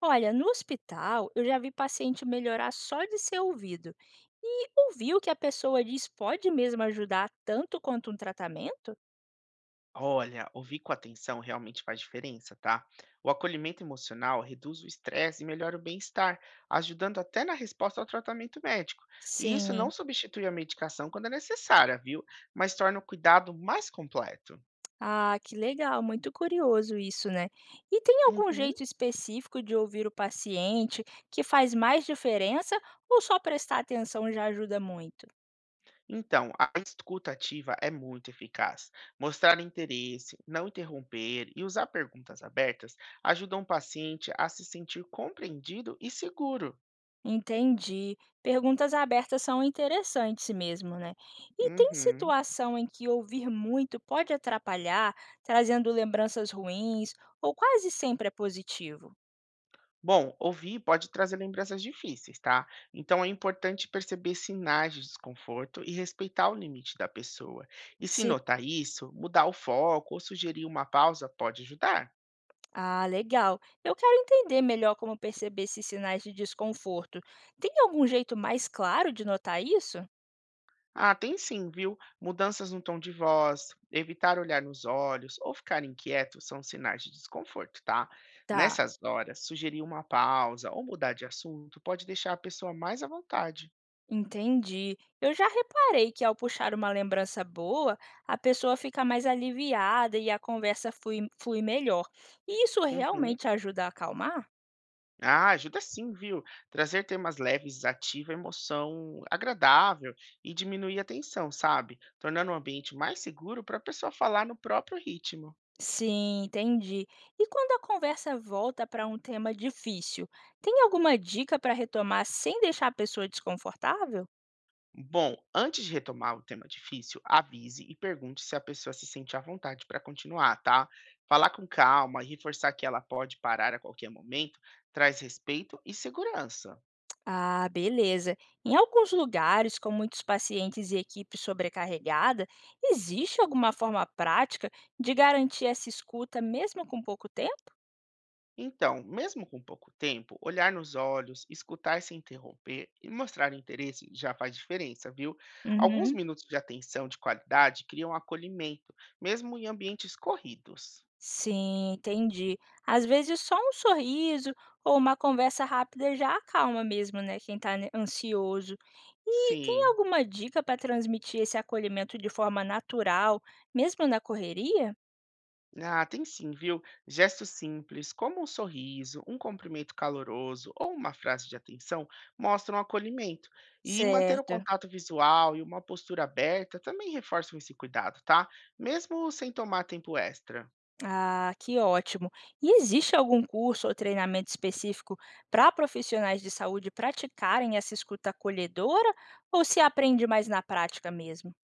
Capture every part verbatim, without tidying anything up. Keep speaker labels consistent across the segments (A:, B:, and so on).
A: Olha, no hospital eu já vi paciente melhorar só de ser ouvido. E ouvir o que a pessoa diz pode mesmo ajudar tanto quanto um tratamento?
B: Olha, ouvir com atenção realmente faz diferença, tá? O acolhimento emocional reduz o estresse e melhora o bem-estar, ajudando até na resposta ao tratamento médico. E isso não
A: Sim.
B: substitui a medicação quando é necessária, viu? Mas torna o cuidado mais completo.
A: Ah, que legal, muito curioso isso, né? E tem algum
B: Uhum.
A: jeito específico de ouvir o paciente que faz mais diferença ou só prestar atenção já ajuda muito?
B: Então, a escuta ativa é muito eficaz. Mostrar interesse, não interromper e usar perguntas abertas ajudam o paciente a se sentir compreendido e seguro.
A: Entendi. Perguntas abertas são interessantes mesmo, né? E tem
B: Uhum.
A: situação em que ouvir muito pode atrapalhar, trazendo lembranças ruins, ou quase sempre é positivo?
B: Bom, ouvir pode trazer lembranças difíceis, tá? Então é importante perceber sinais de desconforto e respeitar o limite da pessoa. E se
A: Sim.
B: notar isso, mudar o foco ou sugerir uma pausa pode ajudar.
A: Ah, legal. Eu quero entender melhor como perceber esses sinais de desconforto. Tem algum jeito mais claro de notar isso?
B: Ah, tem sim, viu? Mudanças no tom de voz, evitar olhar nos olhos ou ficar inquieto são sinais de desconforto, tá?
A: Tá.
B: Nessas horas, sugerir uma pausa ou mudar de assunto pode deixar a pessoa mais à vontade.
A: Entendi. Eu já reparei que ao puxar uma lembrança boa, a pessoa fica mais aliviada e a conversa flui, flui melhor. E isso
B: Uhum.
A: realmente ajuda a acalmar?
B: Ah, ajuda sim, viu? Trazer temas leves ativa a emoção agradável e diminuir a tensão, sabe? Tornando o ambiente mais seguro para a pessoa falar no próprio ritmo.
A: Sim, entendi. E quando a conversa volta para um tema difícil, tem alguma dica para retomar sem deixar a pessoa desconfortável?
B: Bom, antes de retomar o tema difícil, avise e pergunte se a pessoa se sente à vontade para continuar, tá? Falar com calma e reforçar que ela pode parar a qualquer momento traz respeito e segurança.
A: Ah, beleza. Em alguns lugares, com muitos pacientes e equipe sobrecarregada, existe alguma forma prática de garantir essa escuta mesmo com pouco tempo?
B: Então, mesmo com pouco tempo, olhar nos olhos, escutar sem interromper e mostrar interesse já faz diferença, viu? Alguns
A: Uhum.
B: minutos de atenção de qualidade criam acolhimento, mesmo em ambientes corridos.
A: Sim, entendi. Às vezes só um sorriso ou uma conversa rápida já acalma mesmo, né, quem tá ne- ansioso. E tem
B: Sim.
A: alguma dica para transmitir esse acolhimento de forma natural, mesmo na correria?
B: Ah, tem sim, viu? Gestos simples, como um sorriso, um cumprimento caloroso ou uma frase de atenção, mostram acolhimento. E manter o
A: Certo.
B: contato visual e uma postura aberta também reforçam esse cuidado, tá? Mesmo sem tomar tempo extra.
A: Ah, que ótimo. E existe algum curso ou treinamento específico para profissionais de saúde praticarem essa escuta acolhedora ou se aprende mais na prática mesmo?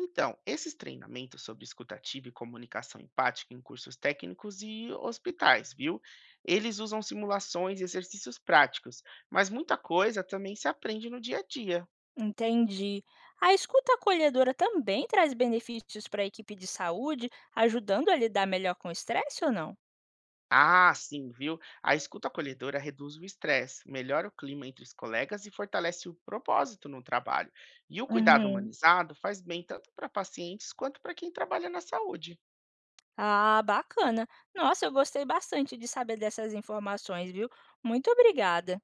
B: Então, esses treinamentos sobre escutativa e comunicação empática em cursos técnicos e hospitais, viu? Eles usam simulações e exercícios práticos, mas muita coisa também se aprende no dia a dia.
A: Entendi. A escuta acolhedora também traz benefícios para a equipe de saúde, ajudando a lidar melhor com o estresse ou não?
B: Ah, sim, viu? A escuta acolhedora reduz o estresse, melhora o clima entre os colegas e fortalece o propósito no trabalho. E o cuidado
A: Uhum.
B: humanizado faz bem tanto para pacientes quanto para quem trabalha na saúde.
A: Ah, bacana. Nossa, eu gostei bastante de saber dessas informações, viu? Muito obrigada.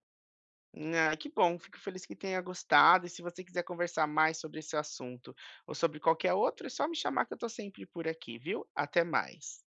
B: Ah, que bom, fico feliz que tenha gostado. E se você quiser conversar mais sobre esse assunto ou sobre qualquer outro, é só me chamar que eu estou sempre por aqui, viu? Até mais.